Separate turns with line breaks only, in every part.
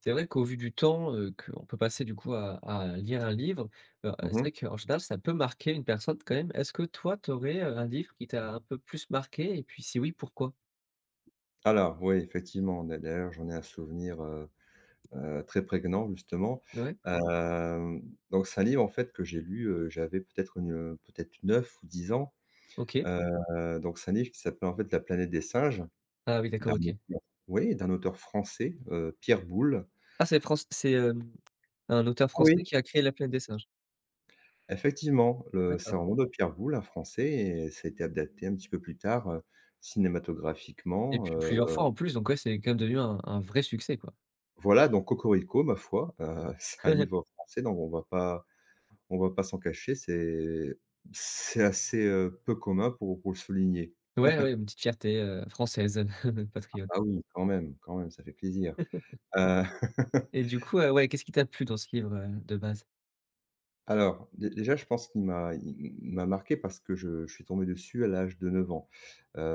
C'est vrai qu'au vu du temps, qu'on peut passer du coup à lire un livre, c'est
Mmh.
vrai qu'en général ça peut marquer une personne quand même. Est-ce que toi tu aurais, un livre qui t'a un peu plus marqué et puis si oui, pourquoi?
Alors oui, effectivement, d'ailleurs, j'en ai un souvenir, très prégnant justement.
Ouais,
Hem, donc c'est un livre en fait que j'ai lu, j'avais peut-être 9 ou 10 ans.
OK.
Donc c'est un livre qui s'appelle en fait La Planète des singes
Ah oui,
d'un
d'accord, OK.
auteur oui, d'un auteur français, Pierre Boulle.
Ah, c'est, un auteur
Ah oui?
français qui a créé La Planète des Singes?
Effectivement, le c'est un
D'accord.
roman de Pierre Boulle, un français, et ça a été adapté un petit peu plus tard,
Et
cinématographiquement,
puis plusieurs fois en plus, donc ouais, c'est quand même devenu un vrai succès, quoi.
voilà, donc cocorico ma foi, c'est un livre français, donc on va pas, on va pas s'en cacher, c'est assez, peu commun pour le souligner.
Ouais, ouais, une petite fierté, française, patriote.
Ah oui, quand même, ça fait plaisir. Heu,
Et du coup, ouais, qu'est-ce qui t'a plu dans ce livre, de base?
alors, dé déjà, je pense qu'il m'a marqué parce que je suis tombé dessus à l'âge de 9 ans.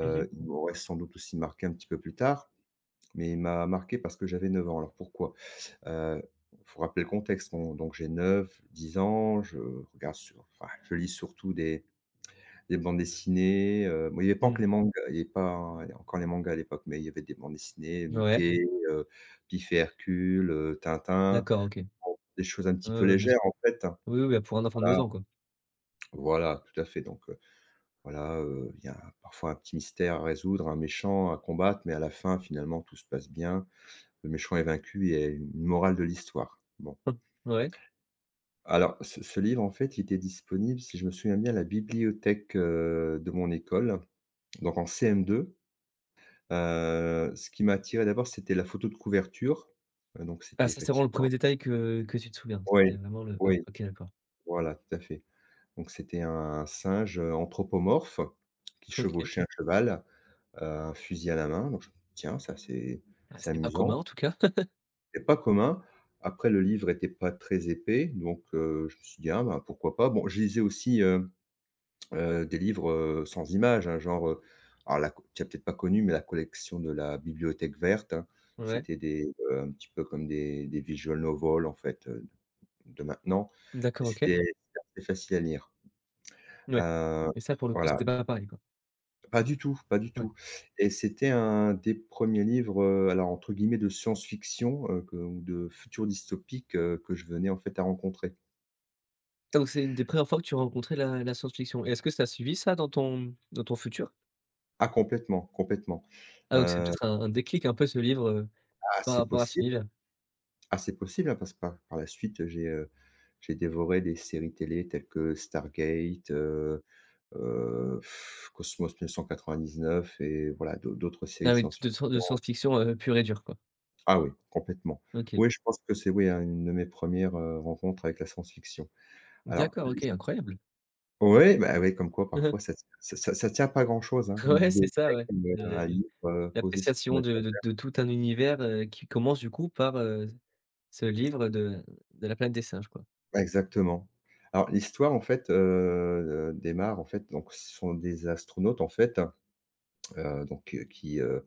Mmh mh.
Il m'aurait sans doute aussi marqué un petit peu plus tard, mais il m'a marqué parce que j'avais 9 ans. Alors pourquoi? Heu, Faut rappeler le contexte. On Donc j'ai 9, 10 ans, je regarde sur enfin, je lis surtout des des bandes dessinées, bon, il n'y avait pas que
Mmh.
les mangas, il y avait pas encore les mangas à l'époque, mais il y avait des bandes dessinées,
Ouais,
Mickey, Pif et Hercule, Tintin,
d'accord, OK.
des choses un petit
Ouais,
peu
ouais, bien sûr.
légères, en fait, hein.
Oui, oui, bah, pour un enfant de deux
Voilà,
ans, quoi.
voilà, tout à fait. Voilà, il y a parfois un petit mystère à résoudre, un méchant à combattre, mais à la fin, finalement, tout se passe bien. Le méchant est vaincu et il y a une morale de l'histoire. Bon,
Hein. Ouais.
alors ce livre, en fait, il était disponible, si je me souviens bien, à la bibliothèque, de mon école, donc en CM2. Ce qui m'a attiré d'abord, c'était la photo de couverture, donc
Ah,
c'était
ça, c'est vraiment le premier
effectivement.
détail que tu te souviens? C'était
Oui,
vraiment le Ouais,
oui.
OK, d'accord.
Voilà, tout à fait. Donc c'était un singe, anthropomorphe, qui
OK.
chevauchait un cheval, un fusil à la main. Donc je me dis: «Tiens, ça,
Ah,
c'est
c'est pas commun,
amusant».
en tout cas.
C'est pas commun. Après, le livre était pas très épais, je me suis dit: «Ah, ben, pourquoi pas?» Bon, je lisais aussi, des livres, sans images, hein, genre, alors la co tu as peut-être pas connu, mais la collection de la Bibliothèque Verte, hein,
Ouais.
c'était des, un petit peu comme des visual novels en fait, de maintenant, mais
D'accord, OK.
c'était assez facile à lire.
Ouais,
Heu,
et ça, pour le coup,
voilà,
c'était pas pareil, quoi.
pas du tout, pas du
Ouais.
tout. Et c'était un des premiers livres, alors entre guillemets «de science-fiction», que ou de futur dystopique, que je venais en fait à rencontrer.
Ah, donc c'est une des premières fois que tu rencontrais la science-fiction, et est-ce que ça a suivi ça dans ton futur?
Ah, complètement, complètement.
Ah, donc c'est
Heu, ah
peut-être un déclic un peu, ce livre, par
c'est
rapport à cet
possible.
univers?
Ah, c'est possible, hein, parce que par la suite, j'ai dévoré des séries télé telles que Stargate, heu, Cosmos 1999, et voilà, d'autres séries
Ah
de
oui,
science.
de science-fiction, pure et dure, quoi.
Ah oui, complètement.
OK.
Oui, je pense que c'est, oui, hein, une de mes premières res rencontres avec la science-fiction. Alors
D'accord,
oui,
OK, incroyable.
bah, oui, comme quoi parfois ça ça ça ça tient pas à grand chose, hein,
Mmh mh.
une
Ouais, c'est ça,
bibliothèque,
ouais. Le
un livre, posé sur son
L'appréciation
alta
de tout un univers, qui commence du coup par, ce livre de La Planète des Singes, quoi.
exactement. Alors l'histoire en fait, démarre en fait. Donc ce sont des astronautes en fait, donc,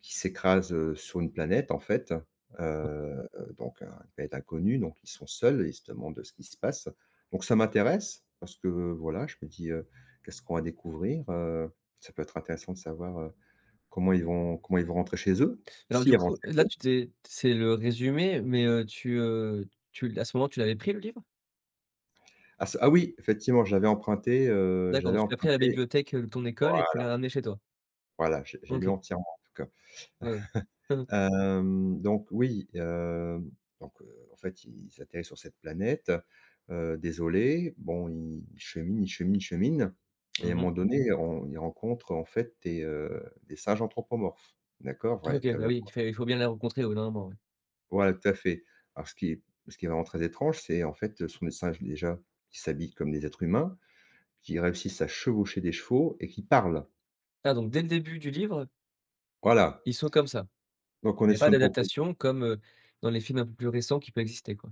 qui s'écrase, sur une planète en fait, heu, donc un une planète inconnue. Donc ils sont seuls, ils se demandent ce qui se passe. Donc ça m'intéresse parce que, voilà, je me dis: «Qu'est-ce qu'on va découvrir?» Ça peut être intéressant de savoir, comment ils vont rentrer chez eux,
Alors du
s'ils
coup,
rentrent
là,
chez eux.
tu t'es c'est le résumé, mais, tu à ce moment tu l'avais pris, le livre?
Ah ce ah Oui, effectivement, j'avais emprunté, heu,
D'accord,
j'avais
donc tu l'as pris à la
emprunté
bibliothèque, de ton école et tu
Voilà,
l'as ramené chez toi?
voilà, j'ai lu
OK,
entièrement en tout cas.
ouais, ouais.
Donc oui, donc, en fait, ils atterrissent sur cette planète, désolés. Bon, ils cheminent, ils cheminent, ils cheminent, et à un
Mmh. Mmh.
moment donné, on ils rencontrent, en fait, des singes anthropomorphes, d'accord?
OK, bah
Véritablement.
oui, il faut bien les rencontrer au bout d'un moment, ouais.
Voilà, tout à fait. Alors ce qui est vraiment très étrange, c'est, en fait, ce sont des singes, déjà, qui s'habillent comme des êtres humains, qui réussissent à chevaucher des chevaux et qui parlent.
Ah, donc dès le début du livre,
Voilà,
ils sont comme ça?
donc on
Il
est
y a pas
sur une proposition.
d'adaptation comme, dans les films un peu plus récents qui peut exister, quoi?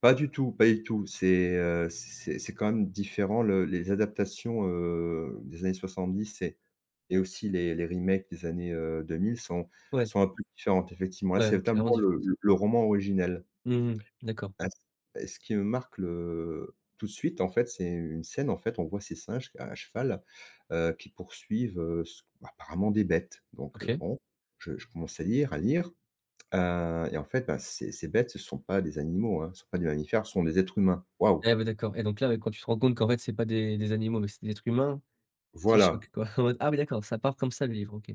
Pas du tout, pas du tout. C'est quand même différent, le les adaptations, des années 70 et aussi les remakes des années, 2000,
Ouais,
sont un peu différentes effectivement. Là, c'est
ouais, clairement
notamment
différente.
le roman originel.
Mmh. D'accord.
Ah c Ce qui me marque le tout de suite, en fait, c'est une scène, en fait, on voit ces singes à cheval, qui poursuivent, s apparemment des bêtes. Donc,
OK.
bon, je commence à lire, et en fait, bah, ces bêtes, ce ne sont pas des animaux, hein, ce ne sont pas des mammifères, ce sont des êtres humains. Waouh!
Eh beh, d'accord, et donc là, ouais, quand tu te rends compte qu'en fait, c'est pas des animaux, mais c'est des êtres humains, petit
Voilà,
choc, quoi. En mode: «Ah oui, d'accord, ça part comme ça le livre, OK».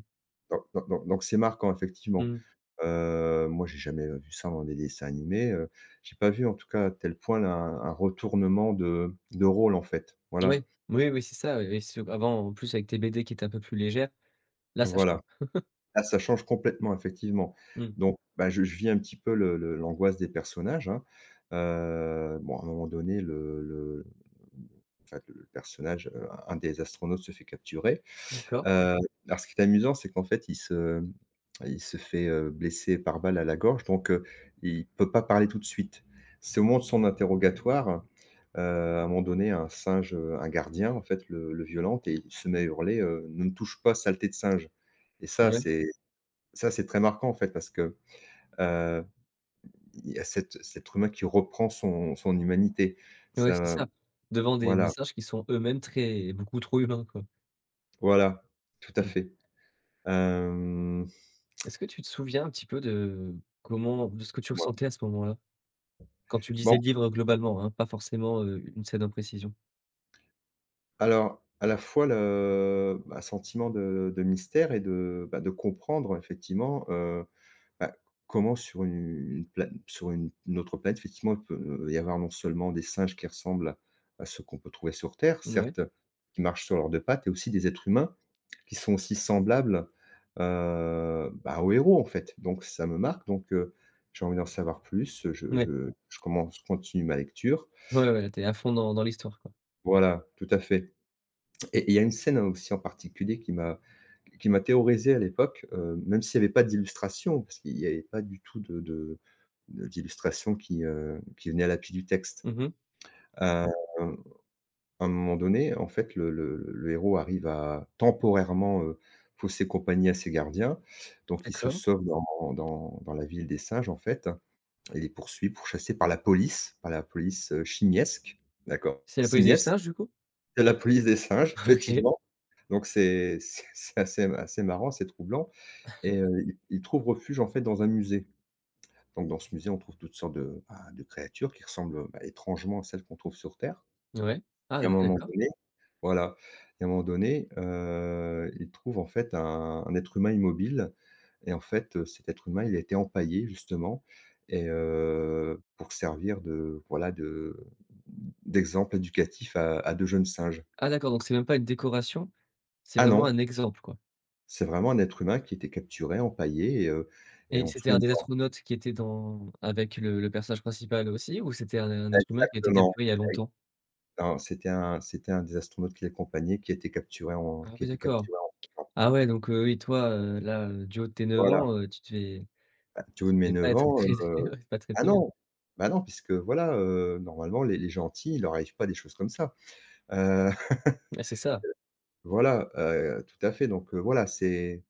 donc c'est marquant effectivement.
Mmh.
Moi, j'ai jamais vu ça dans des dessins animés, j'ai pas vu en tout cas à tel point là un retournement de rôle en fait. Voilà,
Ouais, oui, oui, c'est ça, ouais, et sur avant, en plus avec tes BD qui étaient un peu plus légères, là, ça change.
voilà. Là, ça change complètement effectivement.
Mmh.
Donc bah, je vis un petit peu le l'angoisse des personnages, hein. Bon, à un moment donné, le en fait, le personnage, un des astronautes, se fait capturer.
D'accord.
Heu, alors ce qui est amusant, c'est qu'en fait, il se fait, blesser par balle à la gorge, il peut pas parler tout de suite. C'est au moment de son interrogatoire, à un moment donné, un singe, un gardien, en fait, le violente, et il se met à hurler: «Ne me touche pas, saleté de singe!» Et ça,
Ouais,
c'est, très marquant, en fait, parce que, heu, il y a cet humain qui reprend son humanité.
ouais, c'est
Ça
ça. Devant des
Voilà,
messages qui sont eux-mêmes très beaucoup trop humains, quoi.
voilà, tout à
Mmh.
fait. Hem,
Est-ce que tu te souviens un petit peu de comment, de ce que tu
ouais.
ressentais à ce moment-là? Quand tu
Bah,
lisais le livre, globalement, hein, pas forcément, une scène en précision?
alors, à la fois le bah, sentiment de mystère et de, bah, de comprendre effectivement, bah, comment, sur une autre planète, effectivement, il peut y avoir non seulement des singes qui ressemblent à ceux qu'on peut trouver sur Terre,
Mouais.
certes, qui marchent sur leurs 2 pattes, et aussi des êtres humains qui sont aussi semblables, bah, aux héros en fait. Donc ça me marque. J'ai envie d'en savoir plus,
Ouais.
je continue ma lecture.
Ouais, ouais, t'es à fond dans l'histoire, quoi.
Voilà, tout à fait. Et il y a une scène aussi en particulier qui m'a terrorisé à l'époque, même s'il n'y avait pas d'illustration, parce qu'il n'y avait pas du tout de d'illustration qui venait à l'appui du texte.
Mmh.
Heu, à un moment donné, en fait, le héros arrive à temporairement, fausser compagnie à ses gardiens. Donc il se
D'accord.
sauve dans la ville des singes, en fait. Il est poursuivi, pourchassé par la police, chimiesque, d'accord,
C'est la police des singes,
simiesque,
du coup?
c'est la police des singes,
OK.
effectivement. Donc c'est c'est assez marrant, c'est troublant, il trouve refuge, en fait, dans un musée. Donc dans ce musée, on trouve toutes sortes de, bah, de créatures qui ressemblent, bah, étrangement à celles qu'on trouve sur terre.
Ouais. Ah,
et à
OK,
un moment
d'accord.
donné voilà et à un moment donné, il trouve, en fait, un être humain immobile, et en fait, cet être humain, il a été empaillé justement, pour servir de, voilà, de d'exemple éducatif à de jeunes singes.
Ah, d'accord, donc c'est même pas une décoration, c'est
Ah
vraiment un
non!
exemple, quoi.
C'est vraiment un être humain qui était capturé, empaillé , et
Et
on
c'était
trouve
un
une
des astronautes qui était dans avec le personnage principal aussi, ou c'était un être humain qui a été
exactement.
capturé il y a longtemps?
Non, c'était un des astronautes qui l'accompagnait,
Ah
qui
oui,
était
d'accord.
capturé en
Ah ouais, donc oui, toi, là, du haut de tes 9
voilà.
ans, tu devais
Bah, tu vois,
tu
de mes
devais pas
9
être
ans,
très, très ouais, pas très,
ah
très bien.
non! Bah, non, puisque voilà, normalement les gentils, il leur arrive pas des choses comme ça. Heu,
Ouais, c'est ça.
voilà, Tout à fait. Donc voilà, c'est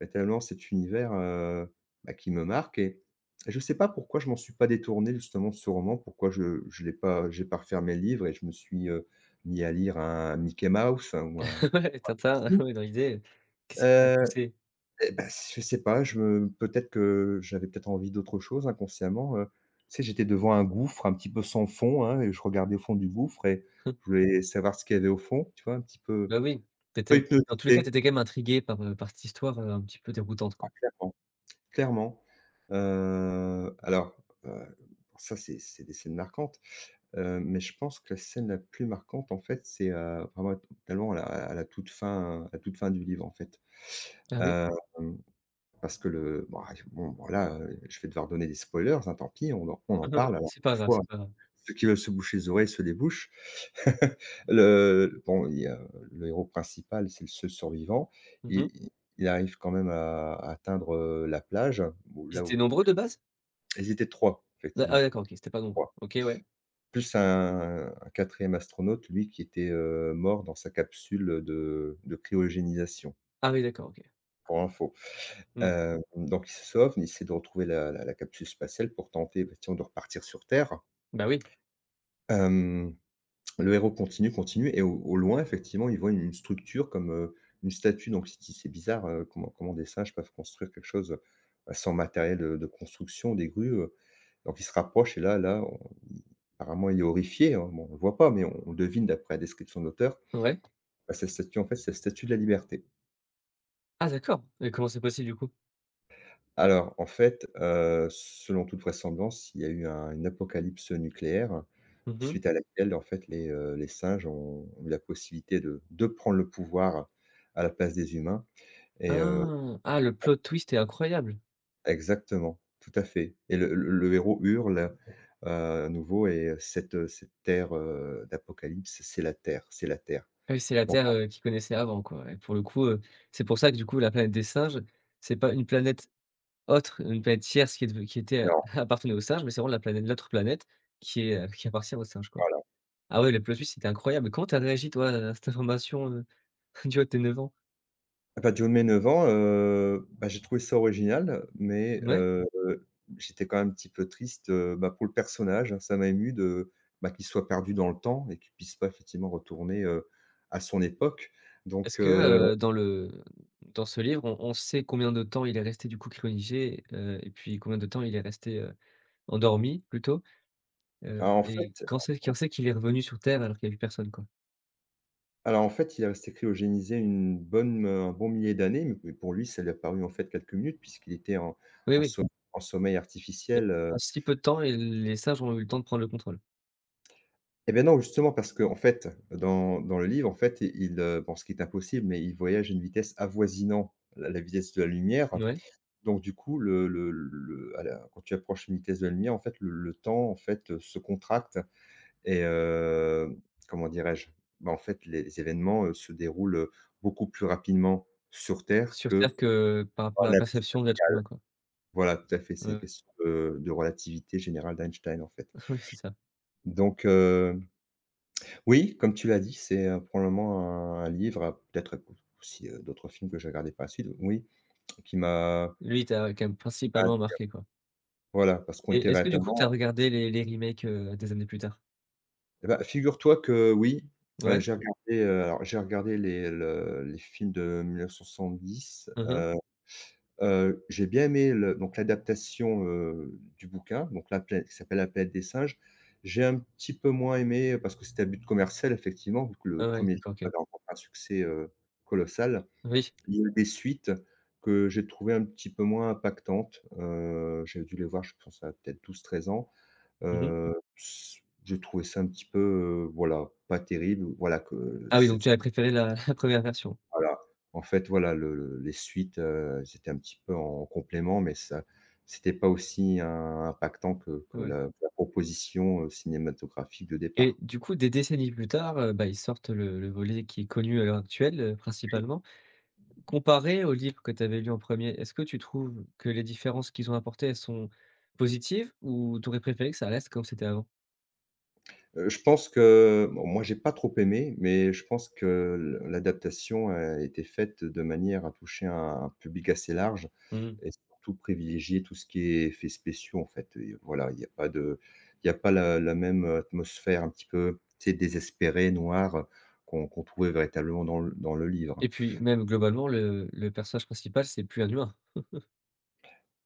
Et tellement cet univers, bah, qui me marque, et je ne sais pas pourquoi je m'en suis pas détourné justement de ce roman, pourquoi je l'ai pas j'ai pas refermé le livre et je me suis, mis à lire un Mickey Mouse, hein, ou un
Ouais, Tintin, ouais, dans l'idée, qu'est-ce qui t'a
heu
poussé?
bah, je sais pas, je me peut-être que j'avais peut-être envie d'autre chose inconsciemment. Tu sais, j'étais devant un gouffre un petit peu sans fond, hein, et je regardais au fond du gouffre, et je voulais savoir ce qu'il y avait au fond, tu vois? Un petit peu,
Bah oui, tu
pas
étais dans tous les cas, tu
hypnotisé,
étais quand même intrigué par cette histoire, un petit peu déroutante, quoi.
clairement. Clairement. heu, alors, heu, Ça c'est des scènes marquantes, mais je pense que la scène la plus marquante, en fait, c'est, vraiment totalement à la toute fin, à la toute fin du livre, en fait.
Ah oui?
Hem, Parce que bon, voilà, je vais devoir donner des spoilers, hein, tant pis, on en parle alors
C'est pas grave,
parfois
c'est pas grave.
ceux qui veulent se boucher les oreilles se les bouchent. Le Bon, il y a le héros principal, c'est le seul survivant.
Mmh mh.
Il arrive quand même à atteindre, la plage, où
Ils
là
étaient
où
nombreux de base?
ils étaient 3,
D Ah,
effectivement,
d'accord, OK, ils étaient pas nombreux.
trois.
OK, ouais.
Plus un 4e astronaute, lui, qui était, mort dans sa capsule, de cryogénisation,
Ah oui, d'accord, OK.
pour info.
Mmh.
Donc ils se sauvent, ils essaient de retrouver la capsule spatiale pour tenter, bah, tiens, de repartir sur Terre.
Bah oui,
Hem Le héros continue, continue et au au loin, effectivement, il voit une structure comme, une statue. Donc il dit : « C'est bizarre, comment des singes peuvent construire quelque chose, bah, sans matériel, de construction, des grues, heu ? » Donc il se rapproche et on apparemment il est horrifié, hein. Bon, on ne le voit pas, mais on devine d'après la description de l'auteur,
ouais.
bah, cette statue, en fait, c'est la statue de la Liberté.
Ah, d'accord, et comment c'est possible, du coup?
Alors, en fait, selon toute vraisemblance, il y a eu un une apocalypse nucléaire,
Mmh mh.
suite à laquelle, en fait, les singes ont ont eu la possibilité de prendre le pouvoir à la place des humains et heu
Ah! Ah, le plot twist est incroyable!
exactement, tout à fait et le héros hurle, heu, à nouveau et cette terre, d'apocalypse, c'est la Terre, c'est la Terre.
Ah oui, c'est la
Donc
Terre, qu'ils connaissaient avant, quoi, et pour le coup, c'est pour ça que, du coup, la planète des singes, c'est pas une planète autre, une planète tierce qui est dev qui était
voilà.
appartenait aux singes, mais c'est vraiment la planète l'autre planète qui est, qui appartient aux singes, quoi. Ah ouais, le plot-twist, c'était incroyable. Comment tu as réagi, toi, à cette information, du haut de tes 9 ans?
Ah bah, John Ménevent, bah, j'ai trouvé ça original, mais
Ouais.
j'étais quand même un petit peu triste, bah, pour le personnage, hein. Ça m'a ému de, bah, qu'il soit perdu dans le temps et qu'il puisse pas effectivement retourner, à son époque.
Est-ce
Donc
que,
heu,
dans ce livre, on sait combien de temps il est resté, du coup, cryonisé, et puis combien de temps il est resté, endormi plutôt? Heu
alors en
et
fait
quand c'est qu'il est revenu sur Terre alors qu'il y avait personne, quoi?
alors en fait, il restait cryogénisé une bonne, un bon millier d'années, mais pour lui, ça lui a paru en fait quelques minutes puisqu'il était
Oui,
en
oui.
so en sommeil artificiel.
En si peu de temps, et les sages ont eu le temps de prendre le contrôle.
Eh bien non, justement parce que en fait, dans le livre, en fait, bon, ce qui est impossible, mais il voyage à une vitesse avoisinant la vitesse de la lumière.
Ouais,
Donc du coup, le à la quand tu approches une vitesse de la lumière, en fait, le temps, en fait, se contracte et heu, comment dirais-je? Bah, en fait, les événements, se déroulent, beaucoup plus rapidement sur terre
sur
que
Terre, que par rapport
par
à
la
la
navette
perception de l'être
spatiale.
humain, quoi.
Voilà, tout à fait, c'est
Ouais,
une
ouais.
question de relativité générale d'Einstein, en fait.
Oui, c'est ça.
Donc euh, Oui, comme tu l'as dit, c'est, probablement un livre, à peut-être aussi, d'autres films que j'ai regardés par la suite, oui, qui m'a
Lui, il t'a quand même
bah,
principalement marqué, quoi.
voilà, parce qu'on était
Et est-ce que du coup, tu as
vêtements
regardé les remakes, des années plus tard?
et bah, figure-toi que oui,
Ouais.
j'ai regardé, alors j'ai regardé les films de 1970.
Mmh.
J'ai bien aimé le donc l'adaptation, du bouquin, donc la planète qui s'appelle La Planète des singes. J'ai un petit peu moins aimé, parce que c'était à but commercial effectivement, vu que le
Ah ouais,
premier er film
d'accord, OK.
avait rencontré un succès, colossal.
Oui.
Il y a des suites que j'ai trouvées un petit peu moins impactantes, j'ai dû les voir, je pense à peut-être 12, 13 ans,
Mmh.
s j'ai trouvé ça un petit peu, voilà, pas terrible, voilà que
Ah oui, donc
cette
tu avais préféré la la 1re version?
voilà, en fait, voilà le les suites, elles un petit peu en complément, mais ça c'était pas aussi im impactant que
Ouais.
la la proposition, cinématographique de
Et
départ.
du coup, des décennies plus tard, bah, ils sortent le volet qui est connu à l'heure actuelle, principalement. Comparé au livre que tu avais lu en premier, est-ce que tu trouves que les différences qu'ils ont apportées, elles sont positives, ou tu aurais préféré que ça reste comme c'était avant?
Je pense que bon, moi, j'ai pas trop aimé, mais je pense que l'adaptation a été faite de manière à toucher un public assez large
Mmh
et surtout privilégier tout ce qui est effets spéciaux, en fait et voilà, il y a pas de il y a pas la même atmosphère un petit peu, tu sais, désespérée, noire, qu'on qu'on trouvait véritablement dans le livre.
et puis même globalement, le personnage principal, c'est plus un humain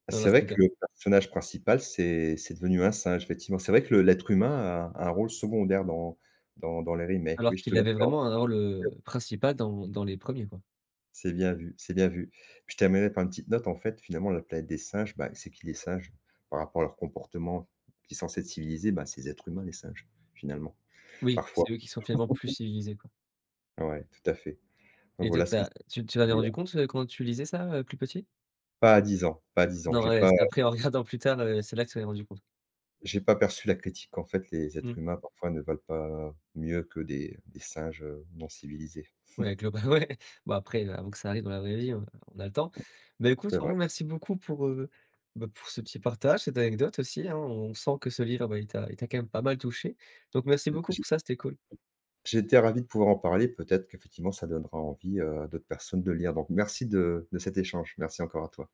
dans la
C'est vrai que
saga,
le personnage principal, c'est devenu un singe, effectivement. C'est vrai que le l'être humain a a un rôle secondaire dans dans les remakes,
alors
oui, je te
qu'il avait
l'accorde.
vraiment un rôle principal dans les premiers, quoi.
C'est bien vu, c'est bien vu. Puis je terminerai par une petite note, en fait, finalement, la planète des singes, bah, c'est qui les singes? Par rapport à leur comportement qui est censé être civilisé, bah, c'est les êtres humains, les singes, finalement,
Oui,
parfois.
c'est eux qui sont finalement plus civilisés, quoi.
Ouais, tout à fait. Donc
Et toi,
voilà ce que
tu
je
tu tu t'en es
peux dire.
rendu compte, quand tu lisais ça, plus petit?
Pas à 10 ans, pas à 10 ans.
Non, ouais, c'est après en regardant plus tard, c'est là que tu t'en es rendu compte.
J'ai pas perçu la critique qu'en fait les
Mmh.
êtres humains parfois ne valent pas mieux que des singes, non civilisés.
Ouais, globa ouais. Bon après, avant que ça arrive dans la vraie vie, on a le temps. Bah, écoute,
C'est vrai.
franchement, merci beaucoup pour, bah, pour ce petit partage, cette anecdote aussi, hein. On sent que ce livre, bah, il t'a quand même pas mal touché. Donc merci beaucoup
J'ai
pour ça, c'était cool.
J'étais ravi de pouvoir en parler, peut-être qu'effectivement ça donnera envie, à d'autres personnes de lire. Donc merci de cet échange. Merci encore à toi.